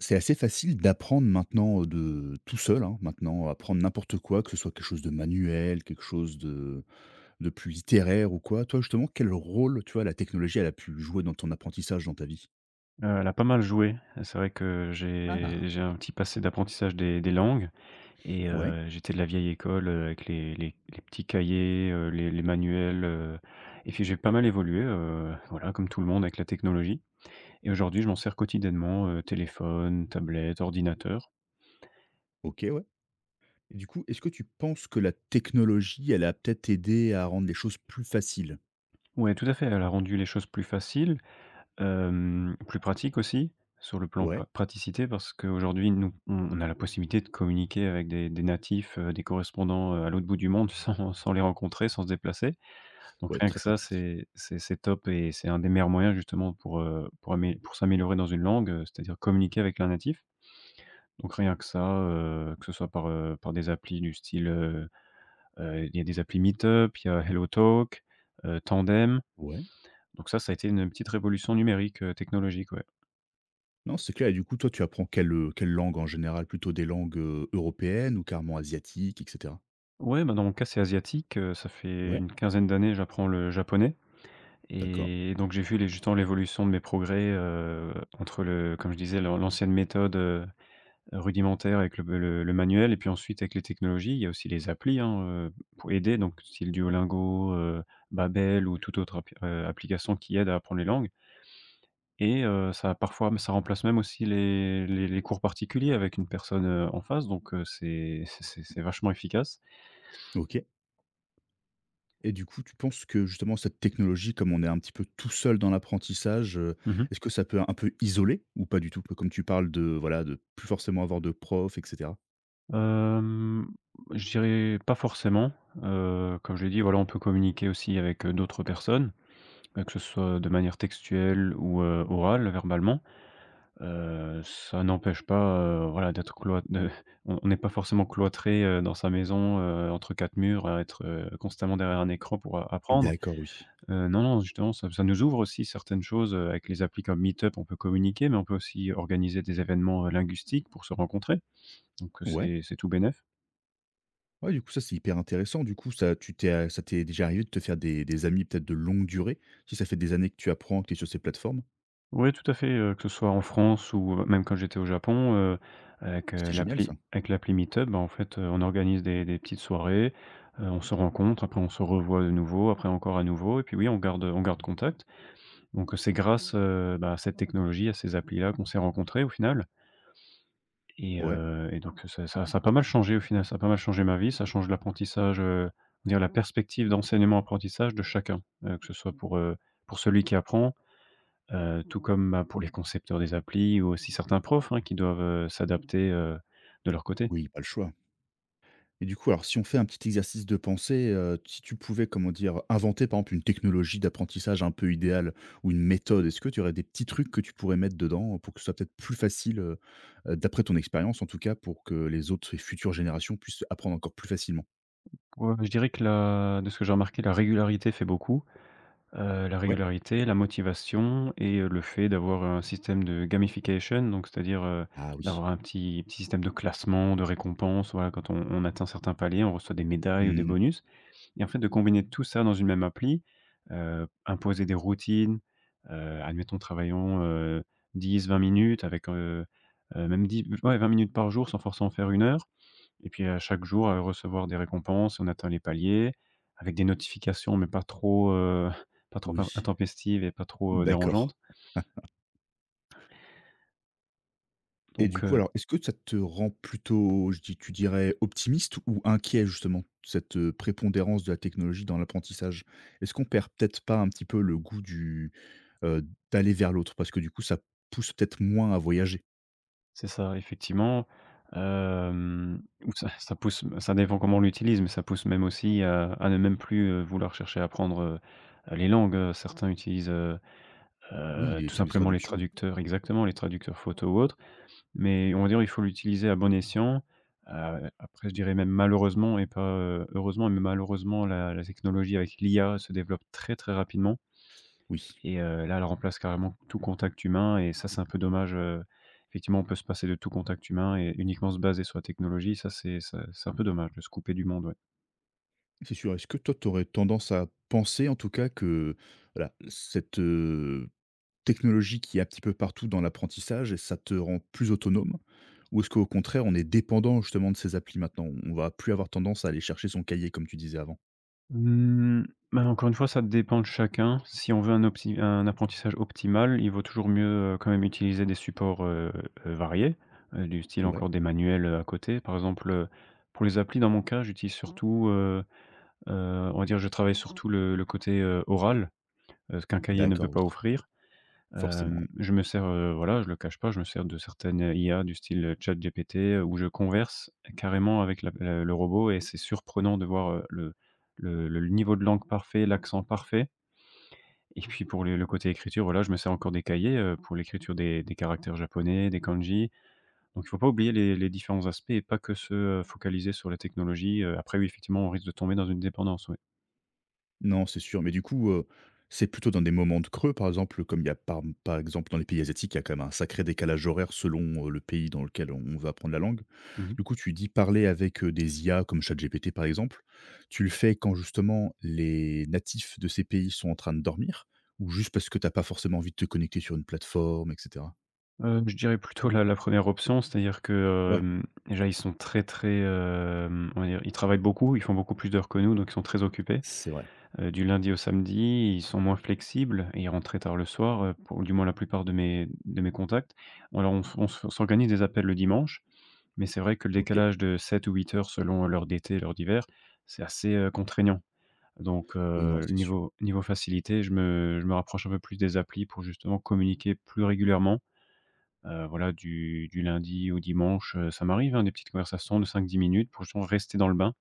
C'est assez facile d'apprendre maintenant, de tout seul, hein, maintenant, apprendre n'importe quoi, que ce soit quelque chose de manuel, quelque chose de plus littéraire ou quoi. Toi, justement, quel rôle, tu vois, la technologie, elle a pu jouer dans ton apprentissage, dans ta vie? Elle a pas mal joué. C'est vrai que j'ai Ah! j'ai un petit passé d'apprentissage des langues et Ouais, j'étais de la vieille école, avec les petits cahiers, les manuels et puis j'ai pas mal évolué, voilà, comme tout le monde avec la technologie. Et aujourd'hui, je m'en sers quotidiennement, téléphone, tablette, ordinateur. OK, ouais. Et du coup, est-ce que tu penses que la technologie, elle a peut-être aidé à rendre les choses plus faciles? Ouais, tout à fait, elle a rendu les choses plus faciles. Plus pratique aussi, sur le plan Ouais, praticité parce qu'aujourd'hui, nous, on a la possibilité de communiquer avec des natifs, des correspondants, à l'autre bout du monde sans les rencontrer, sans se déplacer. Donc ouais, rien que très ça, pratique. c'est top, et c'est un des meilleurs moyens justement pour s'améliorer dans une langue, c'est-à-dire communiquer avec un natif. Donc rien que ça, que ce soit par des applis du style, il y a des applis Meetup, il y a HelloTalk, Tandem. Ouais. Donc ça a été une petite révolution numérique, technologique, ouais. Non, c'est clair et du coup, toi, tu apprends quelle, quelle langue en général? Plutôt des langues, européennes ou carrément asiatiques et cetera? Ouais, bah, dans mon cas, c'est asiatique. Ça fait Ouais, une quinzaine d'années, j'apprends le japonais, d'accord. et donc j'ai vu les justement l'évolution de mes progrès, entre le comme je disais, l'ancienne méthode, rudimentaire avec le manuel, et puis ensuite avec les technologies, il y a aussi les applis, hein, pour aider, donc style Duolingo, Babel, ou toute autre application qui aide à apprendre les langues. Et ça parfois ça remplace même aussi les cours particuliers avec une personne, en face. Donc c'est vachement efficace. OK. Et du coup, tu penses que justement cette technologie, comme on est un petit peu tout seul dans l'apprentissage, Mmh. est-ce que ça peut un peu isoler ou pas du tout? Comme tu parles de voilà, de plus forcément avoir de prof et cetera. Hem, je dirais pas forcément, comme je l'ai dit, voilà, on peut communiquer aussi d'autres personnes, que ce soit de manière textuelle orale, verbalement. Ça n'empêche pas, voilà, d'être cloît de on n'est pas forcément cloîtré, dans sa maison, entre 4 murs, à être, constamment derrière un écran pour a apprendre. D'accord, oui. Non, non, justement, ça nous ouvre aussi certaines choses. Avec les applis comme Meetup, on peut communiquer, mais on peut aussi organiser des événements, linguistiques, pour se rencontrer. Donc Ouais. c'est tout bénef. Ouais, du coup, ça, c'est hyper intéressant. Du coup, ça, ça t'est déjà arrivé de te faire des amis peut-être de longue durée, si ça fait des années que tu apprends, que tu es sur ces plateformes. Ouais, tout à fait. Que ce soit en France ou même quand j'étais au Japon, C'est génial, ça. L'appli Meetup, bah, en fait, on organise des petites soirées, on se rencontre, après on se revoit de nouveau, après encore à nouveau, et puis oui, on garde contact. Donc, c'est bah, à cette technologie, à ces applis-là qu'on s'est rencontrés au final. et Ouais. heu et donc, ça a pas mal changé au final, ça a pas mal changé ma vie, ça change l'apprentissage. On va dire la perspective d'enseignement-apprentissage de chacun, que ce soit pour celui qui apprend. Tout comme, bah, pour les concepteurs des applis, ou aussi certains profs, hein, qui doivent, s'adapter, de leur côté. Oui, pas le choix. Et du coup, alors, si on fait un petit exercice de pensée, si tu pouvais, comment dire, inventer, par exemple, une technologie d'apprentissage un peu idéale ou une méthode, est-ce que tu aurais des petits trucs que tu pourrais mettre dedans pour que ce soit peut-être plus facile, d'après ton expérience, en tout cas, pour que les autres et futures générations puissent apprendre encore plus facilement. Ouais, je dirais que la de ce que j'ai remarqué, la régularité fait beaucoup. La Ouais. régularité, la motivation, et le fait d'avoir un système de gamification. Donc c'est-à-dire, Ah oui. d'avoir un petit système de classement, de récompense, voilà, quand on atteint certains paliers, on reçoit des médailles ou des Mhm. bonus. Et en fait, de combiner tout ça dans une même appli, imposer des routines, admettons travaillons, 10-20 minutes même 10 ouais 20 minutes par jour, sans forcément faire une heure. Et puis à chaque jour, recevoir des récompenses, on atteint les paliers, avec des notifications mais pas trop, pas trop Oui. intempestives, et pas trop, D'accord. dérangeantes. Et du Donc coup, alors, est-ce que ça te rend plutôt, je dis tu dirais optimiste ou inquiet justement, cette, prépondérance de la technologie dans l'apprentissage? Est-ce qu'on perd peut-être pas un petit peu le goût heu, d'aller vers l'autre? Parce que du coup, ça pousse peut-être moins à voyager. C'est ça, effectivement. Ou ça dépend comment on l'utilise, mais ça pousse même aussi à ne même plus, vouloir chercher à apprendre, les langues. Certains utilisent, Oui, les tout trucs de simplement, les traduction, traducteurs, exactement, les traducteurs photo ou autres, mais on va dire, il faut l'utiliser à bon escient. Après, je dirais même malheureusement, et pas, heureusement, mais malheureusement, la technologie avec l'IA se développe très, très rapidement. oui, Et là, elle remplace carrément tout contact humain, et ça, c'est un peu dommage, effectivement. On peut se passer de tout contact humain et uniquement se baser sur la technologie. Ça, c'est un peu dommage de se couper du monde, ouais. c'est sûr. Est-ce que toi, tu aurais tendance à penser en tout cas que voilà cette technologie qui est un petit peu partout dans l'apprentissage et ça te rend plus autonome? Ou est-ce qu'au contraire, on est dépendant justement de ces applis maintenant? On va plus avoir tendance à aller chercher son cahier comme tu disais avant? Mmh, bah, encore une fois, ça dépend de chacun. Si on veut un apprentissage optimal, il vaut toujours mieux, quand même, utiliser des supports, variés, du style Ouais, encore des manuels, à côté. Par exemple, pour les applis, dans mon cas, j'utilise surtout, on va dire, je travaille surtout le côté, oral, ce qu'un cahier ne peut d'accord, oui, pas offrir. forcément, oui. Je me sers, voilà, je le cache pas, je me sers de certaines, IA du style, ChatGPT, où je converse carrément avec la le robot, et c'est surprenant de voir, le niveau de langue parfait, l'accent parfait. Et puis pour le côté écriture, voilà, je me sers encore des cahiers, pour l'écriture des caractères japonais, des kanji. Donc il faut pas oublier les différents aspects, et pas que focaliser sur la technologie. Après, oui, effectivement, on risque de tomber dans une dépendance, ouais. Non, c'est sûr, mais du coup, c'est plutôt dans des moments de creux, par exemple, comme il y a par exemple dans les pays asiatiques, il y a quand même un sacré décalage horaire selon, le pays dans lequel on va apprendre la langue. Mmh Du coup, tu dis parler avec, des IA comme ChatGPT, par exemple. Tu le fais quand justement les natifs de ces pays sont en train de dormir ou juste parce que t'as pas forcément envie de te connecter sur une plateforme et cetera? Je dirais plutôt la 1re option, c'est-à-dire que, Ouais, déjà ils sont très, très, on va dire, ils travaillent beaucoup, ils font beaucoup plus d'heures que nous, donc ils sont très occupés. c'est vrai. Du lundi au samedi, ils sont moins flexibles, et ils rentrent très tard le soir, pour du moins la plupart de mes contacts. Alors on s'organise des appels le dimanche, mais c'est vrai que le OK. décalage de 7 ou 8 heures, selon l'heure d'été, l'heure d'hiver, c'est assez, contraignant. Donc, Oui, non, c'est sûr. niveau facilité, je me rapproche un peu plus des applis pour justement communiquer plus régulièrement. Voilà, du lundi au dimanche, ça m'arrive, hein, des petites conversations de 5-10 minutes, pour justement rester dans le bain.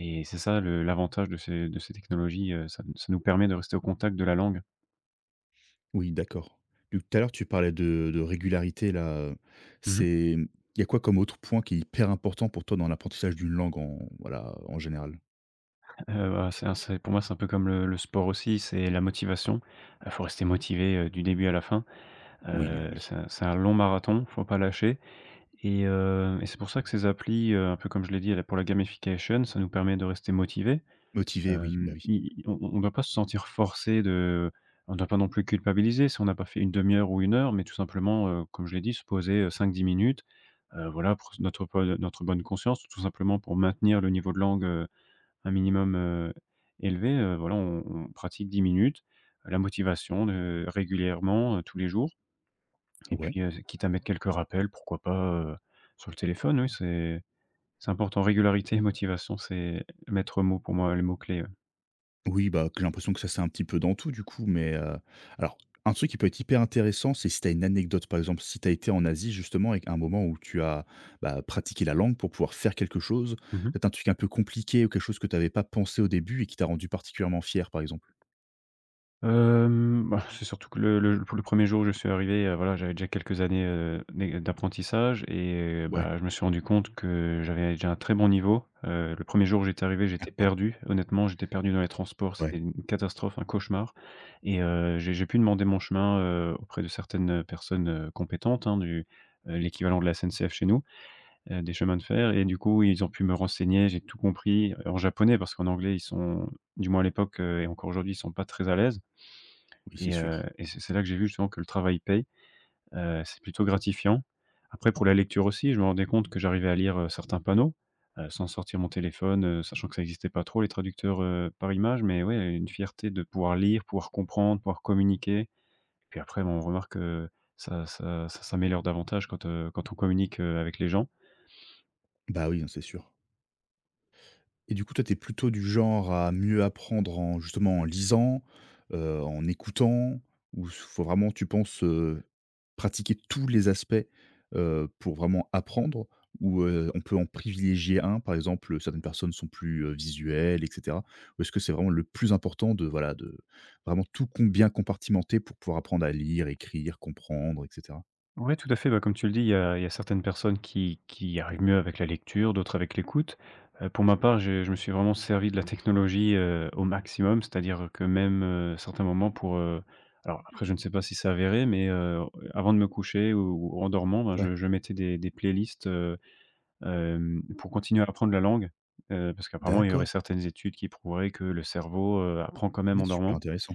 Et c'est ça le l'avantage de ces technologies, ça nous permet de rester au contact de la langue. Oui, d'accord. Du tout à l'heure, tu parlais de régularité là, Mmh mh. c'est il y a quoi comme autre point qui est hyper important pour toi dans l'apprentissage d'une langue en voilà, en général? Bah, c'est pour moi, c'est un peu comme le sport aussi, c'est la motivation. Faut rester motivé, du début à la fin. Oui, oui. C'est un long marathon, faut pas lâcher. Et c'est pour ça que ces applis, un peu comme je l'ai dit, là, pour la gamification, ça nous permet de rester motivés. Motivé, oui, bah, oui. I i On ne doit pas non plus culpabiliser si on n'a pas fait une demi heure ou une heure, mais tout simplement, comme je l'ai dit, se poser, 5-10 minutes, voilà, pour notre bonne conscience, tout simplement pour maintenir le niveau de langue, un minimum, élevé, voilà, on pratique 10 minutes, la motivation, de régulièrement, tous les jours. Et Ouais. puis, quitte à mettre quelques rappels, pourquoi pas, sur le téléphone, oui, c'est important. Régularité et motivation, c'est mettre mot pour moi, les mots clés, ouais. Oui, bah, que j'ai l'impression que ça, c'est un petit peu dans tout du coup, mais, alors un truc qui peut être hyper intéressant, c'est si tu as une anecdote, par exemple, si tu as été en Asie justement et un moment où tu as, bah, pratiqué la langue pour pouvoir faire quelque chose, Mmh peut-être un truc un peu compliqué ou quelque chose que tu avais pas pensé au début et qui t'a rendu particulièrement fier, par exemple? Bah, c'est surtout que le 1 jour où je suis arrivé, voilà, j'avais déjà quelques années, d'apprentissage. Et Ouais, bah, je me suis rendu compte que j'avais déjà un très bon niveau. Le premier jour où j'étais arrivé, j'étais perdu. Honnêtement, j'étais perdu dans les transports, c'était ouais. une catastrophe, un cauchemar. Et j'ai pu demander mon chemin, auprès de certaines, personnes, compétentes, hein, l'équivalent de la SNCF chez nous, des chemins de fer. Et du coup, ils ont pu me renseigner, j'ai tout compris en japonais, parce qu'en anglais, ils sont, du moins à l'époque, et encore aujourd'hui, ils sont pas très à l'aise. Oui, c'est Et heu sûr. et c'est là que j'ai vu justement que le travail paye, c'est plutôt gratifiant. Après pour la lecture aussi, je me rendais compte que j'arrivais à lire, certains panneaux, sans sortir mon téléphone, sachant que ça n'existait pas trop, les traducteurs, par image. Mais ouais, une fierté de pouvoir lire, pouvoir comprendre, pouvoir communiquer. Puis après, bon, on remarque, ça s'améliore davantage quand on communique, avec les gens. Bah, oui, hein, c'est sûr. Et du coup, toi, t'es plutôt du genre à mieux apprendre en justement en lisant, en écoutant ou s faut vraiment tu penses, pratiquer tous les aspects, pour vraiment apprendre? Ou, on peut en privilégier un? Par exemple, certaines personnes sont plus, visuelles et cetera. Ou est-ce que c'est vraiment le plus important de voilà, de vraiment tout com bien compartimenter pour pouvoir apprendre à lire, écrire, comprendre et cetera? Ouais, tout à fait. Bah, comme tu le dis, il y a certaines personnes qui arrivent mieux avec la lecture, d'autres avec l'écoute. Pour ma part, je me suis vraiment servi de la technologie au maximum, c'est-à-dire que même certains moments pour... alors après, je ne sais pas si c'est avéré, mais avant de me coucher ou en dormant, ben, Ouais, je mettais des playlists pour continuer à apprendre la langue, parce qu'apparemment, il y aurait d'accord. certaines études qui prouveraient que le cerveau apprend quand même Ouais, en super dormant. intéressant.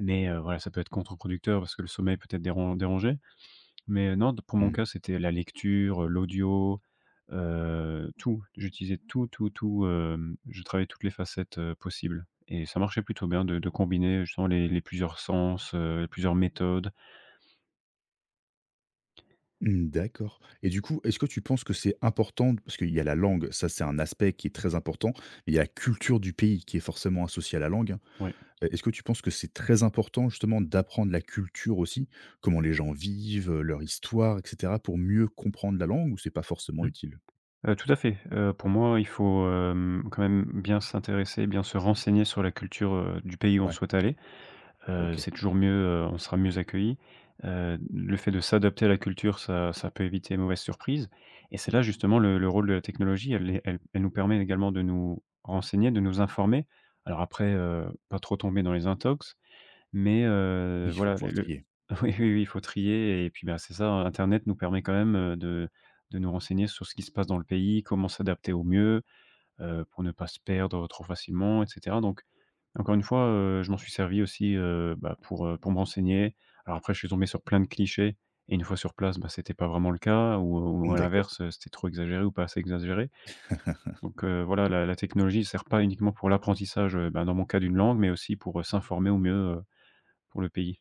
Mais voilà, ça peut être contre-producteur parce que le sommeil peut être dérangé. Mais non, d pour mon Mmh. cas, c'était la lecture, l'audio, tout. J'utilisais tout, tout, tout, je travaillais toutes les facettes, possibles et ça marchait plutôt bien de combiner justement les plusieurs sens, plusieurs méthodes. Mmh, d'accord et du coup, est-ce que tu penses que c'est important parce qu'il y a la langue, ça c'est un aspect qui est très important, mais il y a la culture du pays qui est forcément associée à la langue, hein. Oui, Est-ce que tu penses que c'est très important justement d'apprendre la culture aussi? Comment les gens vivent, leur histoire et cetera pour mieux comprendre la langue ou c'est pas forcément mmh. utile? Tout à fait. Pour moi, il faut, quand même bien s'intéresser, bien se renseigner sur la culture, du pays où on Ouais, souhaite aller. OK. C'est toujours mieux, on sera mieux accueilli. Le fait de s'adapter à la culture, ça peut éviter les mauvaises surprises et c'est là justement le rôle de la technologie, elle est elle elle nous permet également de nous renseigner, de nous informer. Alors après, pas trop tomber dans les intox, mais Oui, heu, il faut voilà le pouvoir le trier. oui, oui, oui, il faut trier et puis, bah, c'est ça, internet nous permet quand même, de nous renseigner sur ce qui se passe dans le pays, comment s'adapter au mieux, pour ne pas se perdre trop facilement et cetera. Donc encore une fois, je m'en suis servi aussi, bah, pour pour me renseigner. Alors après, je suis tombé sur plein de clichés et une fois sur place, bah, c'était pas vraiment le cas ou Mmh, à d'accord. l'inverse, c'était trop exagéré ou pas assez exagéré. Donc, voilà, la technologie sert pas uniquement pour l'apprentissage, bah, dans mon cas d'une langue, mais aussi pour, s'informer au mieux, heu, pour le pays.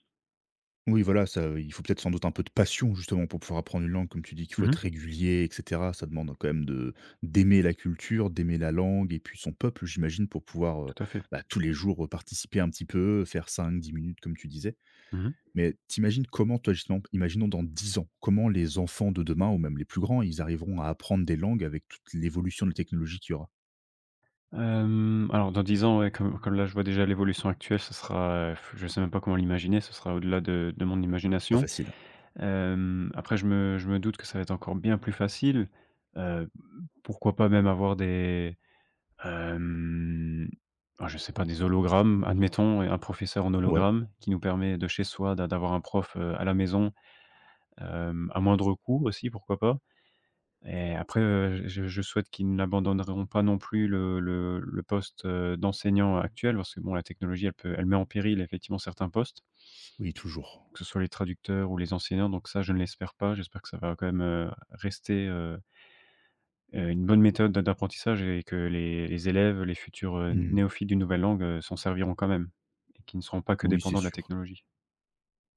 Oui, voilà, ça il faut peut-être sans doute un peu de passion justement pour pouvoir apprendre une langue, comme tu dis qu'il faut Mmh être mh, régulier et cetera. Ça demande quand même de d'aimer la culture, d'aimer la langue et puis son peuple, j'imagine, pour pouvoir, tout à fait. bah, tous les jours, participer un petit peu, faire cinq, 10 minutes comme tu disais. Mmh mh. Mais t'imagines comment toi justement, imaginons dans 10 ans, comment les enfants de demain ou même les plus grands, ils arriveront à apprendre des langues avec toute l'évolution de la technologie qu'il y aura? Alors dans 10 ans, ouais, comme là, je vois déjà l'évolution actuelle, ce sera, je sais même pas comment l'imaginer, ce sera au-delà de mon Pas imagination. facile. Après je me doute que ça va être encore bien plus facile. Heu, Pourquoi pas même avoir des, hem, ah je sais pas, des hologrammes, admettons, et un professeur en Ouais. hologramme qui nous permet de chez soi d'avoir un prof, à la maison, à moindre coût aussi, pourquoi pas? Et après, je souhaite qu'ils n'abandonneront pas non plus le poste, d'enseignant actuel parce que bon la technologie elle met en péril effectivement certains postes. Oui, toujours. Que ce soit les traducteurs ou les enseignants, donc ça, je ne l'espère pas. J'espère que ça va quand même, rester, une bonne méthode d'apprentissage et que les élèves, les futurs, Mmh. néophytes d'une nouvelle langue, s'en serviront quand même et qu'ils ne seront pas que Oui, c'est dépendants de la sûr. technologie.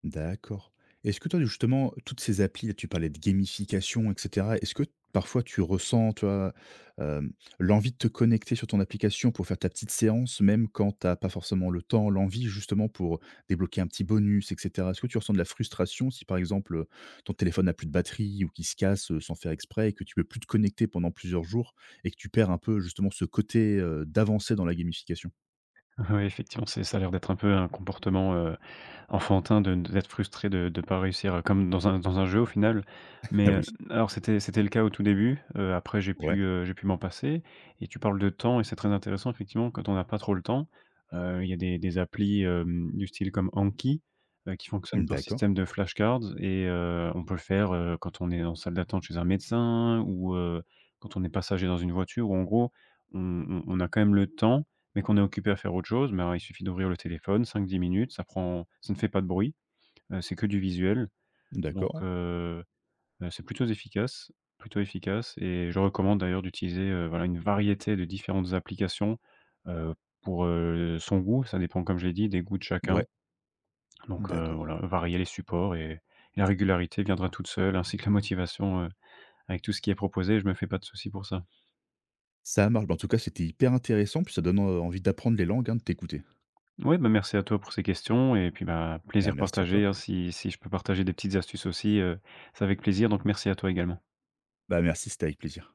D'accord. Est-ce que toi, justement, toutes ces applis, là, tu parlais de gamification, et cetera. Est-ce que parfois tu ressens, toi, vois, l'envie de te connecter sur ton application pour faire ta petite séance, même quand tu as pas forcément le temps, l'envie justement pour débloquer un petit bonus, et cetera? Est-ce que tu ressens de la frustration si, par exemple, ton téléphone n'a plus de batterie ou qu'il se casse, sans faire exprès et que tu peux plus te connecter pendant plusieurs jours et que tu perds un peu justement ce côté, d'avancer dans la gamification? Ouais, effectivement, c'est ça a l'air d'être un peu un comportement, enfantin de d'être frustré de ne pas réussir, comme dans un jeu au final. Ah Mais, oui. alors c'était le cas au tout début, après j'ai Ouais. pu, heu, j'ai pu m'en passer et tu parles de temps et c'est très intéressant effectivement quand on n'a pas trop le temps, il y a des applis, du style comme Anki, qui fonctionnent Mmh, par d'accord. système de flashcards et on peut le faire, quand on est en salle d'attente chez un médecin ou, quand on est passager dans une voiture ou en gros on a quand même le temps mais qu'on est occupé à faire autre chose, mais alors il suffit d'ouvrir le téléphone 5 à 10 minutes, ça ne fait pas de bruit, c'est que du visuel D'accord, donc ouais. C'est plutôt efficace. Plutôt efficace, et je recommande d'ailleurs d'utiliser, voilà, une variété de différentes applications, heu, pour, son goût. Ça dépend, comme je l'ai dit, des goûts de chacun, Ouais. donc D'accord. voilà, varier les supports et la régularité viendra toute seule ainsi que la motivation, avec tout ce qui est proposé, je me fais pas de souci pour ça. Ça marche. Bah, en tout cas, c'était hyper intéressant, puis ça donne, envie d'apprendre les langues, hein, de t'écouter. Oui, bah, merci à toi pour ces questions et puis, bah, Bah, plaisir merci à partagé, toi. hein. Si je peux partager des petites astuces aussi, c'est avec plaisir, donc merci à toi également. Bah, merci, c'était avec plaisir.